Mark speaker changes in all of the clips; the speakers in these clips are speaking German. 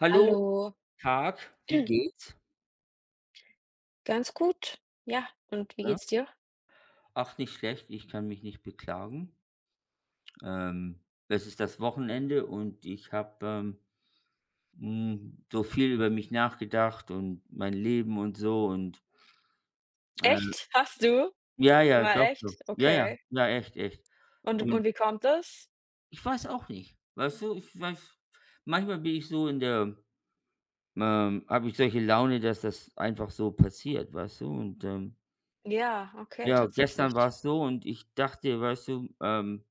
Speaker 1: Hallo,
Speaker 2: Hallo,
Speaker 1: Tag, wie geht's?
Speaker 2: ganz gut. Ja, und wie
Speaker 1: Ne?
Speaker 2: geht's dir?
Speaker 1: Ach, nicht schlecht, ich kann mich nicht beklagen. Es ist das Wochenende und ich habe, so viel über mich nachgedacht und mein Leben und so und, äh
Speaker 2: Echt? Hast du?
Speaker 1: ja, ja,
Speaker 2: War
Speaker 1: doch, doch.
Speaker 2: echt?
Speaker 1: Ja, ja,
Speaker 2: Okay.
Speaker 1: ja, echt, echt.
Speaker 2: Und
Speaker 1: Und
Speaker 2: und wie kommt das?
Speaker 1: ich weiß auch nicht, weißt du? Ich weiß manchmal bin ich so in der habe ich solche Laune, dass das einfach so passiert, weißt du? Und,
Speaker 2: Ja, okay,
Speaker 1: ja, gestern war
Speaker 2: tatsächlich.
Speaker 1: es so und ich dachte, weißt du,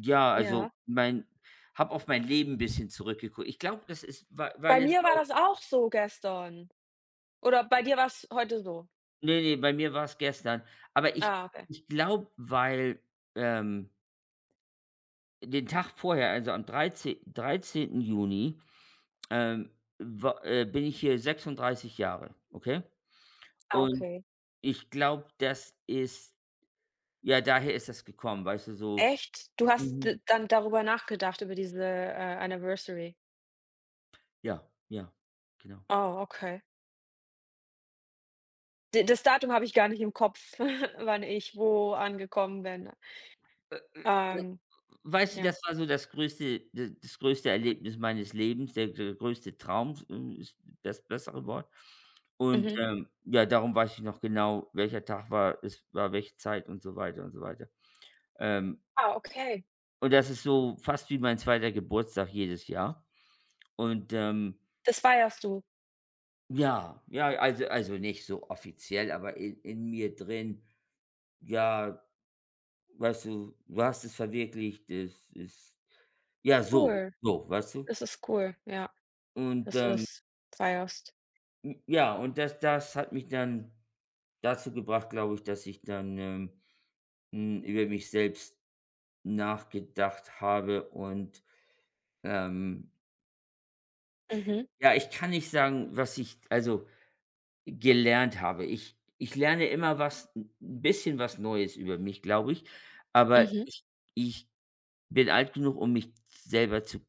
Speaker 1: ja, also,
Speaker 2: Ja.
Speaker 1: mein habe auf mein Leben ein bisschen zurückgeguckt. Ich glaube, das ist, weil
Speaker 2: Bei
Speaker 1: es
Speaker 2: mir war
Speaker 1: auch.
Speaker 2: das auch so gestern. Oder bei dir war es heute so?
Speaker 1: Nee, ne, bei mir war es gestern. Aber ich
Speaker 2: Ah, okay.
Speaker 1: ich glaube, weil, ähm, den Tag vorher, also am 13. Juni, ähm, wa bin ich hier 36 Jahre, okay?
Speaker 2: Ah,
Speaker 1: Und
Speaker 2: okay.
Speaker 1: ich glaube, das ist, ja, daher ist das gekommen, weißt du, so.
Speaker 2: Echt? Du hast
Speaker 1: Mhm.
Speaker 2: d dann darüber nachgedacht, über diese, Anniversary?
Speaker 1: Ja, ja, genau.
Speaker 2: Oh, okay. D das Datum habe ich gar nicht im Kopf, wann ich wo angekommen bin.
Speaker 1: Ja.
Speaker 2: Ähm,
Speaker 1: Weißt du,
Speaker 2: ja.
Speaker 1: das war so das größte Erlebnis meines Lebens, der größte Traum, ist das bessere Wort. Und,
Speaker 2: Mhm.
Speaker 1: ja, darum weiß ich noch genau, welcher Tag war es war welche Zeit und so weiter und so weiter. Ähm,
Speaker 2: Ah, okay.
Speaker 1: und das ist so fast wie mein zweiter Geburtstag jedes Jahr. Und,
Speaker 2: Das feierst du?
Speaker 1: ja, ja, also nicht so offiziell, aber in mir drin, ja, weißt du, du hast es verwirklicht, es ist ja, so,
Speaker 2: Cool.
Speaker 1: so, weißt du?
Speaker 2: Das ist cool, ja,
Speaker 1: Und,
Speaker 2: dass du das feierst.
Speaker 1: ja, und das hat mich dann dazu gebracht, glaube ich, dass ich dann, über mich selbst nachgedacht habe und, ähm,
Speaker 2: Mhm,
Speaker 1: ja, ich kann nicht sagen, was ich, also, gelernt habe. Ich lerne immer was, ein bisschen was Neues über mich, glaube ich, aber
Speaker 2: mhm.
Speaker 1: ich bin alt genug, um mich selber zu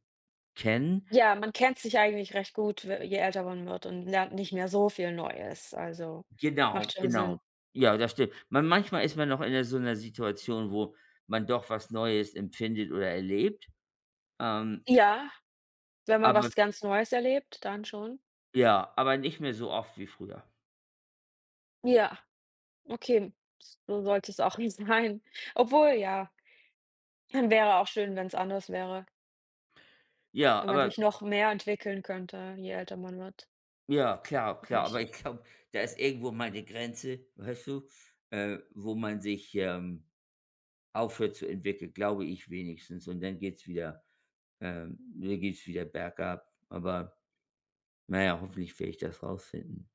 Speaker 1: kennen.
Speaker 2: Ja, man kennt sich eigentlich recht gut, we je älter man wird und lernt nicht mehr so viel Neues, also
Speaker 1: Genau,
Speaker 2: macht schon
Speaker 1: genau.
Speaker 2: Sinn.
Speaker 1: Ja, das stimmt. Manchmal ist man noch in so einer Situation, wo man doch was Neues empfindet oder erlebt, ähm,
Speaker 2: Ja, wenn man
Speaker 1: aber
Speaker 2: was ganz Neues erlebt, dann schon.
Speaker 1: ja, aber nicht mehr so oft wie früher.
Speaker 2: Ja, okay, so sollte es auch sein. Obwohl, ja, dann wäre auch schön, wenn es anders wäre,
Speaker 1: Ja,
Speaker 2: wenn man
Speaker 1: aber
Speaker 2: sich noch mehr entwickeln könnte, je älter man wird,
Speaker 1: ja, klar,
Speaker 2: meine
Speaker 1: klar, aber
Speaker 2: ich.
Speaker 1: ich glaube, da ist irgendwo mal eine Grenze, weißt du, wo man sich, aufhört zu entwickeln, glaube ich wenigstens. Und dann geht's wieder, dann geht's wieder bergab. Aber na ja, hoffentlich werde ich das rausfinden.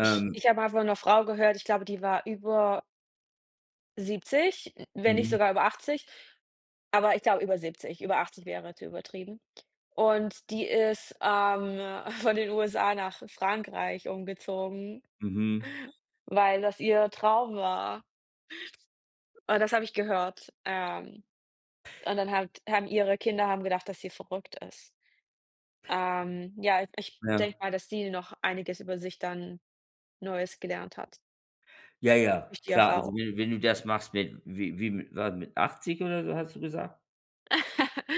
Speaker 2: Ich ich habe mal von 'ner Frau gehört, ich glaube, die war über 70, wenn nicht
Speaker 1: mhm,
Speaker 2: sogar über 80, aber ich glaube über 70, über 80 wäre zu übertrieben. Und die ist, von den USA nach Frankreich umgezogen,
Speaker 1: mhm,
Speaker 2: weil das ihr Traum war. Und das habe ich gehört. Und dann hat haben ihre Kinder haben gedacht, dass sie verrückt ist. Ja, ich
Speaker 1: ja.
Speaker 2: denke mal, dass sie noch einiges über sich dann Neues gelernt hat
Speaker 1: Ja, ja,
Speaker 2: durch die
Speaker 1: klar. Also,
Speaker 2: Erfahrung.
Speaker 1: wenn du das machst mit wie wie mit war mit 80 oder so, hast du gesagt?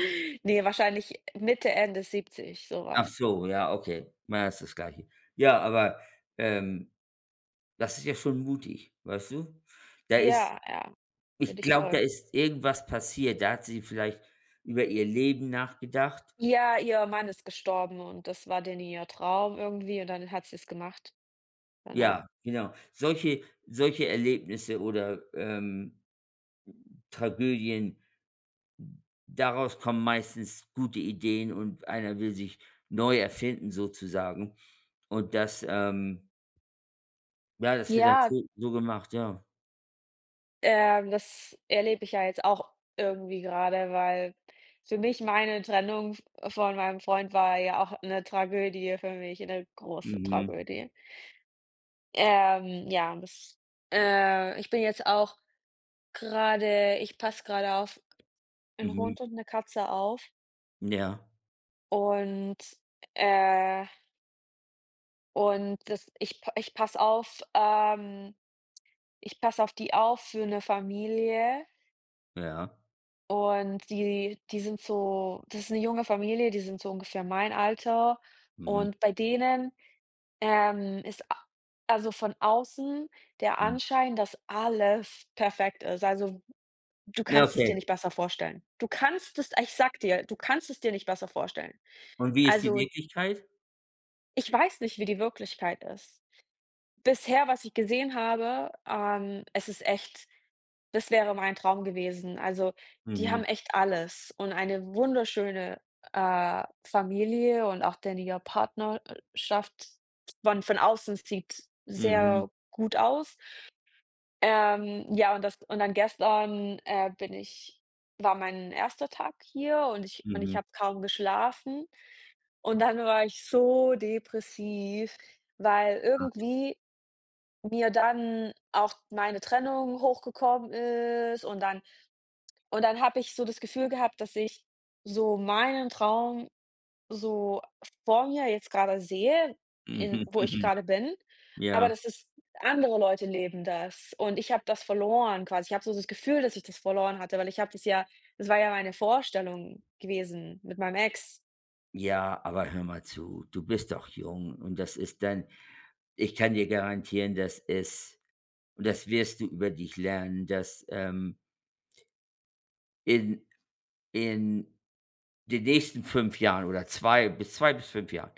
Speaker 2: Ne, wahrscheinlich Mitte, Ende 70
Speaker 1: Ach
Speaker 2: sowas.
Speaker 1: so, ja, okay. Na, ist das Gleiche. Ja, aber, ähm, das ist ja schon mutig, weißt du? Da ist
Speaker 2: Ja, ja,
Speaker 1: Ich
Speaker 2: finde ich
Speaker 1: glaube, da
Speaker 2: toll.
Speaker 1: ist irgendwas passiert. Da hat sie vielleicht über ihr Leben nachgedacht.
Speaker 2: Ja, ihr Mann ist gestorben und das war dann ihr Traum irgendwie und dann hat sie's gemacht danach.
Speaker 1: Ja, genau. Solche Erlebnisse oder, Tragödien. Daraus kommen meistens gute Ideen und einer will sich neu erfinden sozusagen. Und das, ja, das wird dann
Speaker 2: Ja,
Speaker 1: so gemacht, ja.
Speaker 2: das erlebe ich ja jetzt auch irgendwie gerade, weil für mich meine Trennung v von meinem Freund war ja auch eine Tragödie für mich, eine große
Speaker 1: Mhm,
Speaker 2: Tragödie. Ja, das ich bin jetzt auch gerade, ich passe gerade auf einen
Speaker 1: mhm.
Speaker 2: Hund und eine Katze auf
Speaker 1: Ja,
Speaker 2: und, äh und das ich p ich passe auf, ich passe auf die auf für 'ne Familie
Speaker 1: ja.
Speaker 2: und die sind so das ist 'ne junge Familie, die sind so ungefähr mein Alter
Speaker 1: Mhm,
Speaker 2: und bei denen, ist a also von außen der
Speaker 1: mhm.
Speaker 2: Anschein, dass alles perfekt ist. Also, du
Speaker 1: Ja,
Speaker 2: kannst es
Speaker 1: okay.
Speaker 2: dir nicht besser vorstellen. Du kannst es ich sage dir, du kannst es dir nicht besser vorstellen.
Speaker 1: Und wie ist die
Speaker 2: Also,
Speaker 1: Wirklichkeit?
Speaker 2: ich weiß nicht, wie die Wirklichkeit ist. Bisher, was ich gesehen habe, es ist echt das wäre mein Traum gewesen. Also, die
Speaker 1: Mhm,
Speaker 2: haben echt alles und eine wunderschöne, Familie und auch denn ihr Partnerschaft von außen sieht
Speaker 1: mhm,
Speaker 2: sehr gut aus. Ja, und das und dann gestern, bin ich war mein erster Tag hier und ich
Speaker 1: mhm,
Speaker 2: habe kaum geschlafen und dann war ich so depressiv, weil irgendwie mir dann auch meine Trennung hochgekommen ist und dann habe ich so das Gefühl gehabt, dass ich so meinen Traum so vor mir jetzt gerade sehe, in
Speaker 1: mhm,
Speaker 2: wo ich
Speaker 1: mhm.
Speaker 2: gerade bin, aber
Speaker 1: Ja.
Speaker 2: das ist andere Leute leben das und ich habe das verloren quasi. Ich habe so das Gefühl, dass ich das verloren hatte, weil ich habe das ja das war ja meine Vorstellung gewesen mit meinem Ex.
Speaker 1: Ja, aber hör mal zu, du bist doch jung und das ist dann, ich kann dir garantieren, dass es, und das wirst du über dich lernen, dass, in in den nächsten 5 Jahren oder zwei bis 5 Jahren.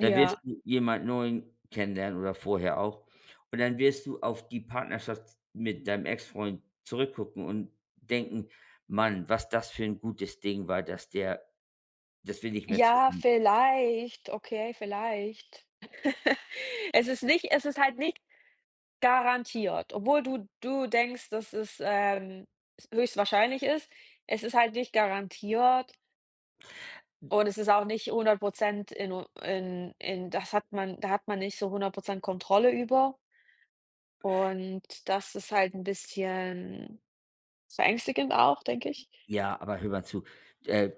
Speaker 1: Da wirst du jemand Neuen kennenlernen oder vorher auch. Und dann wirst du auf die Partnerschaft mit deinem Ex-Freund zurückgucken und denken: „Mann, was das für ein gutes Ding war, dass wir nicht mehr
Speaker 2: Ja,
Speaker 1: zusammen“.
Speaker 2: vielleicht, okay, vielleicht. Es ist nicht es ist halt nicht garantiert. Obwohl du denkst, dass es, höchstwahrscheinlich ist. Es ist halt nicht garantiert und es ist auch nicht 100% in u in das hat man da hat man nicht so 100% Kontrolle über und das ist halt ein bisschen verängstigend auch, denke ich.
Speaker 1: Ja, aber hör mal zu, äh,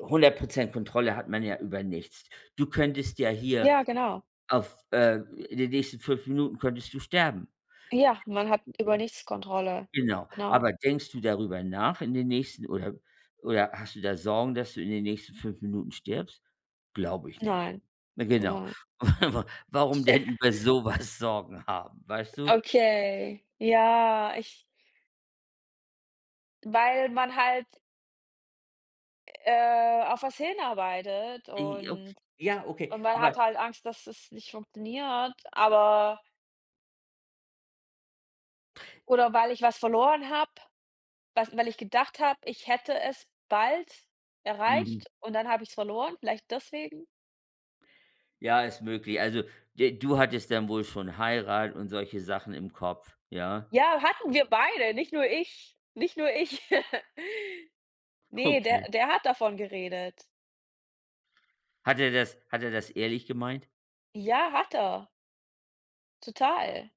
Speaker 1: 100% Kontrolle hat man ja über nichts. Du könntest ja hier
Speaker 2: Ja, genau.
Speaker 1: auf, äh in den nächsten 5 Minuten könntest du sterben.
Speaker 2: Ja, man hat über nichts Kontrolle.
Speaker 1: Genau.
Speaker 2: Genau.
Speaker 1: Aber denkst du darüber nach in den nächsten, oder hast du da Sorgen, dass du in den nächsten 5 Minuten stirbst? Glaube ich nicht.
Speaker 2: Nein,
Speaker 1: Na genau.
Speaker 2: nein.
Speaker 1: Warum denn über so was Sorgen haben, weißt du?
Speaker 2: Okay. Ja, ich weil man halt auf was hinarbeitet
Speaker 1: I o Ja, okay,
Speaker 2: und man
Speaker 1: aber
Speaker 2: hat halt Angst, dass es nicht funktioniert, aber oder weil ich was verloren habe, was weil ich gedacht habe, ich hätte es bald
Speaker 1: mhm,
Speaker 2: erreicht und dann habe ich es verloren, vielleicht deswegen?
Speaker 1: ja, ist möglich. Also, d du hattest dann wohl schon Heirat und solche Sachen im Kopf, ja?
Speaker 2: Ja, hatten wir beide, nicht nur ich. Nicht nur ich. Ne, der
Speaker 1: Okay.
Speaker 2: der hat davon geredet.
Speaker 1: Hat er das ehrlich gemeint?
Speaker 2: Ja, hat er. Total.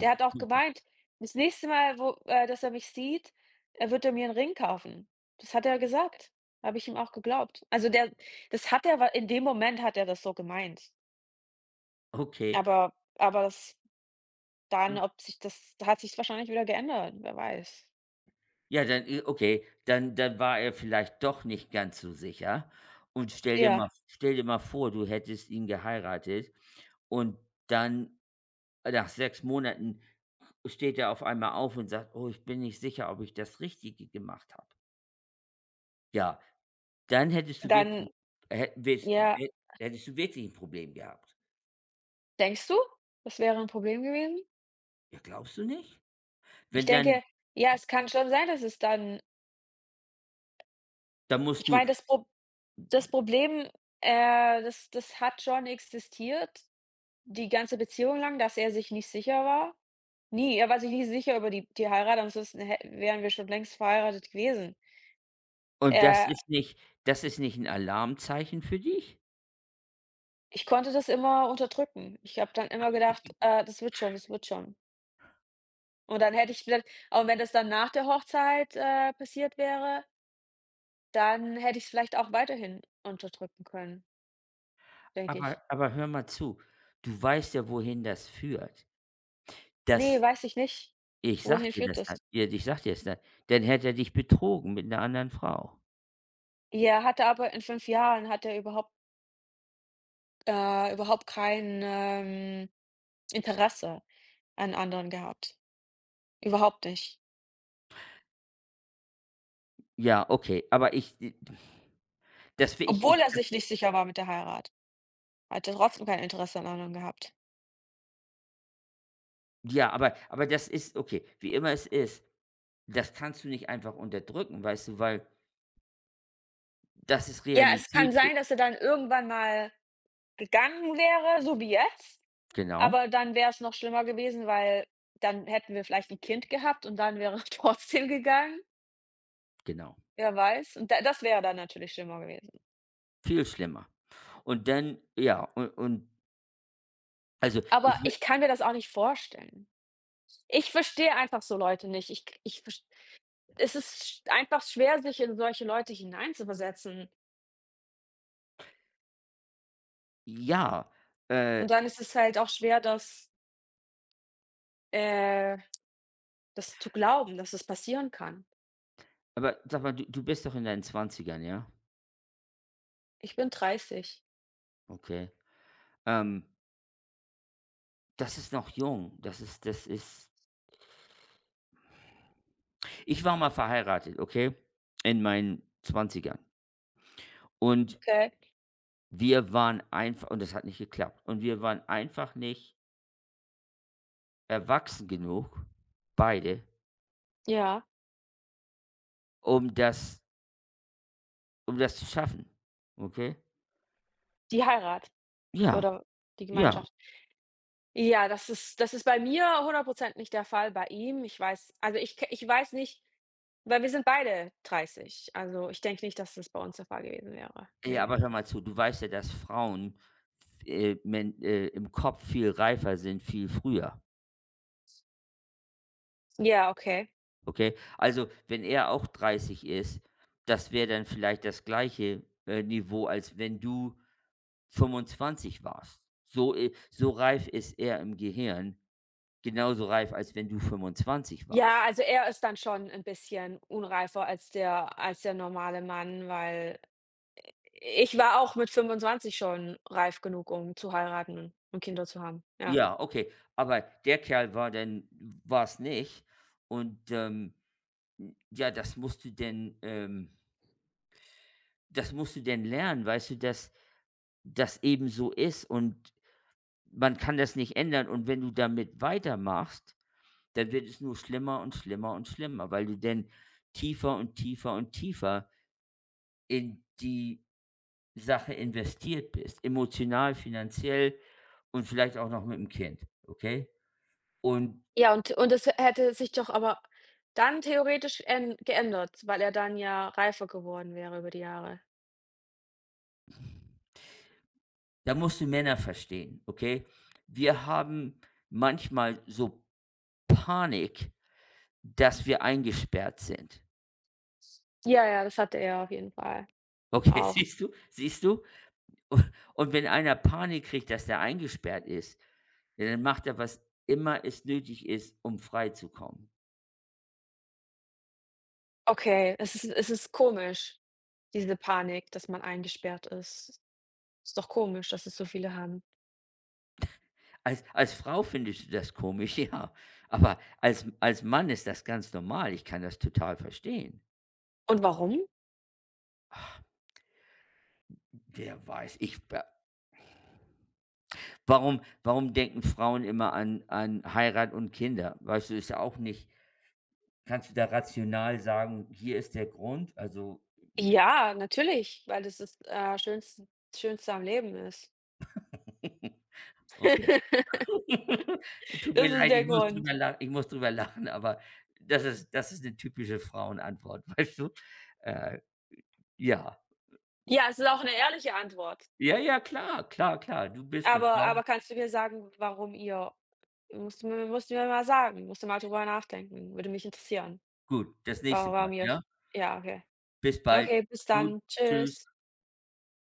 Speaker 2: Der hat auch
Speaker 1: Okay.
Speaker 2: gemeint, das nächste Mal, wo dass er mich sieht, wird er mir 'n Ring kaufen. Das hat er gesagt. Habe ich ihm auch geglaubt. Also, der das hat er wa in dem Moment hat er das so gemeint.
Speaker 1: Okay.
Speaker 2: Aber aber das dann, ob sich das hat sich's wahrscheinlich wieder geändert, wer weiß.
Speaker 1: Ja, dann, i okay, dann war er vielleicht doch nicht ganz so sicher und stell dir mal
Speaker 2: Ja,
Speaker 1: stell dir mal vor, du hättest ihn geheiratet und dann nach 6 Monaten steht er auf einmal auf und sagt: „Oh, ich bin nicht sicher, ob ich das Richtige gemacht habe.“ Ja, dann hättest du
Speaker 2: dann
Speaker 1: wirklich hä wes
Speaker 2: ja.
Speaker 1: wä ein Problem gehabt.
Speaker 2: Denkst du, das wäre 'n Problem gewesen?
Speaker 1: Ja, glaubst du nicht?
Speaker 2: Ich
Speaker 1: Wenn dann
Speaker 2: denke, ja, es kann schon sein, dass es dann
Speaker 1: dann musst
Speaker 2: ich
Speaker 1: du,
Speaker 2: meine, das Problem, das hat schon existiert. Die ganze Beziehung lang, dass er sich nicht sicher war? Nie, er war sich nie sicher über die Heirat, ansonsten hä wären wir schon längst verheiratet gewesen.
Speaker 1: und das
Speaker 2: Er
Speaker 1: ist nicht das ist nicht ein Alarmzeichen für dich?
Speaker 2: ich konnte das immer unterdrücken. Ich habe dann immer gedacht: das wird schon, das wird schon.“ Und dann hätte ich vielleicht und wenn das dann nach der Hochzeit, passiert wäre, dann hätte ich's vielleicht auch weiterhin unterdrücken können, denke ich.
Speaker 1: Aber hör mal zu, du weißt ja, wohin das führt. Das
Speaker 2: Ne, weiß ich nicht.
Speaker 1: Ich sag
Speaker 2: Wohin
Speaker 1: dir
Speaker 2: führt
Speaker 1: das dann,
Speaker 2: das?
Speaker 1: ja, ich sag dir das dann, dann hätte er dich betrogen mit 'ner anderen Frau.
Speaker 2: Ja, hat er aber in 5 Jahren hat er überhaupt überhaupt kein, Interesse an anderen gehabt. Überhaupt nicht.
Speaker 1: Ja, okay, aber ich, das will ich,
Speaker 2: Obwohl er
Speaker 1: das.
Speaker 2: sich nicht sicher war mit der Heirat, hat er trotzdem kein Interesse an anderen gehabt.
Speaker 1: Ja, aber das ist, okay, wie immer es ist, das kannst du nicht einfach unterdrücken, weißt du, weil das ist
Speaker 2: Ja, es kann
Speaker 1: Realität für.
Speaker 2: sein, dass er dann irgendwann mal gegangen wäre, so wie jetzt,
Speaker 1: Genau,
Speaker 2: aber dann wäre es noch schlimmer gewesen, weil dann hätten wir vielleicht 'n Kind gehabt und dann wäre er trotzdem gegangen,
Speaker 1: genau,
Speaker 2: wer weiß. Und da das wäre dann natürlich schlimmer gewesen.
Speaker 1: viel schlimmer. Und dann ja, und also,
Speaker 2: Aber
Speaker 1: ich will
Speaker 2: ich kann mir das auch nicht vorstellen. Ich verstehe einfach so Leute nicht. Ich k ich verst Es ist sch einfach schwer, sich in solche Leute hineinzuversetzen.
Speaker 1: ja, äh,
Speaker 2: Und dann ist es halt auch schwer, äh, das zu glauben, dass es passieren kann.
Speaker 1: aber sag mal, du bist doch in deinen Zwanzigern, ja?
Speaker 2: Ich bin 30.
Speaker 1: Okay. Ähm, Das ist noch jung. Das ist Ich war mal verheiratet, okay, in meinen Zwanzigern. Und
Speaker 2: Okay.
Speaker 1: wir waren einfach, und das hat nicht geklappt. Und wir waren einfach nicht erwachsen genug, beide,
Speaker 2: Ja,
Speaker 1: um das zu schaffen, okay?
Speaker 2: die Heirat
Speaker 1: Ja,
Speaker 2: oder die
Speaker 1: ja.
Speaker 2: Gemeinschaft. Ja, das ist bei mir 100% nicht der Fall, bei ihm. Ich weiß also, ich weiß nicht, weil wir sind beide 30. Also, ich denke nicht, dass das bei uns der Fall gewesen wäre.
Speaker 1: Ja,
Speaker 2: Ne.
Speaker 1: aber hör mal zu, du weißt ja, dass Frauen, men im Kopf viel reifer sind, viel früher.
Speaker 2: Ja, okay.
Speaker 1: Okay, also wenn er auch 30 ist, das wäre dann vielleicht das gleiche, Niveau, als wenn du 25 warst. So, so reif ist er im Gehirn, genauso reif, als wenn du 25
Speaker 2: Ja,
Speaker 1: warst.
Speaker 2: also er ist dann schon ein bisschen unreifer als der normale Mann, weil ich war auch mit 25 schon reif genug, um zu heiraten und Kinder zu haben, ja.
Speaker 1: Ja, okay, aber der Kerl war dann, war es nicht, und, ja, das musst du denn, das musst du denn lernen, weißt du, dass das eben so ist und man kann das nicht ändern, und wenn du damit weitermachst, dann wird es nur schlimmer und schlimmer und schlimmer, weil du denn tiefer und tiefer und tiefer in die Sache investiert bist, emotional, finanziell und vielleicht auch noch mit dem Kind, okay? Und
Speaker 2: Ja, und es hätte sich doch aber dann theoretisch än geändert, weil er dann ja reifer geworden wäre über die Jahre.
Speaker 1: da musst du Männer verstehen, okay? Wir haben manchmal so Panik, dass wir eingesperrt sind.
Speaker 2: Ja, ja, das hatte er auf jeden Fall
Speaker 1: Okay,
Speaker 2: auch.
Speaker 1: siehst du? Siehst du? Und wenn einer Panik kriegt, dass der eingesperrt ist, ja, dann macht er, was immer es nötig ist, um freizukommen.
Speaker 2: Okay, es ist komisch, diese Panik, dass man eingesperrt ist. Ist doch komisch, dass es so viele haben.
Speaker 1: Als Frau findest du das komisch, ja, aber als Mann ist das ganz normal. Ich kann das total verstehen.
Speaker 2: Und warum?
Speaker 1: Ach, wer weiß, ich wa warum warum denken Frauen immer an Heirat und Kinder? Weißt du, ist ja auch nicht, kannst du da rational sagen: „Hier ist der Grund?“ Also,
Speaker 2: Ja, natürlich, weil das das, Schönste Schönste am Leben ist.
Speaker 1: okay. Tut mir
Speaker 2: Das ist
Speaker 1: leid,
Speaker 2: der
Speaker 1: ich muss
Speaker 2: Grund.
Speaker 1: drüber lachen, ich muss drüber lachen, aber das ist, eine typische Frauenantwort, weißt du? Äh, ja.
Speaker 2: Ja, es ist auch eine ehrliche Antwort.
Speaker 1: Ja, ja, klar, klar, klar. Du bist eine
Speaker 2: Aber
Speaker 1: Frau.
Speaker 2: aber kannst du mir sagen, warum ihr musst du mir mal sagen, musst du mal drüber nachdenken. Würde mich interessieren,
Speaker 1: Gut, das nächste
Speaker 2: wa
Speaker 1: Mal,
Speaker 2: warum ihr
Speaker 1: ja?
Speaker 2: euch ja, okay.
Speaker 1: Bis bald.
Speaker 2: Okay, bis
Speaker 1: Gut,
Speaker 2: dann.
Speaker 1: tschüss.
Speaker 2: Tschüss.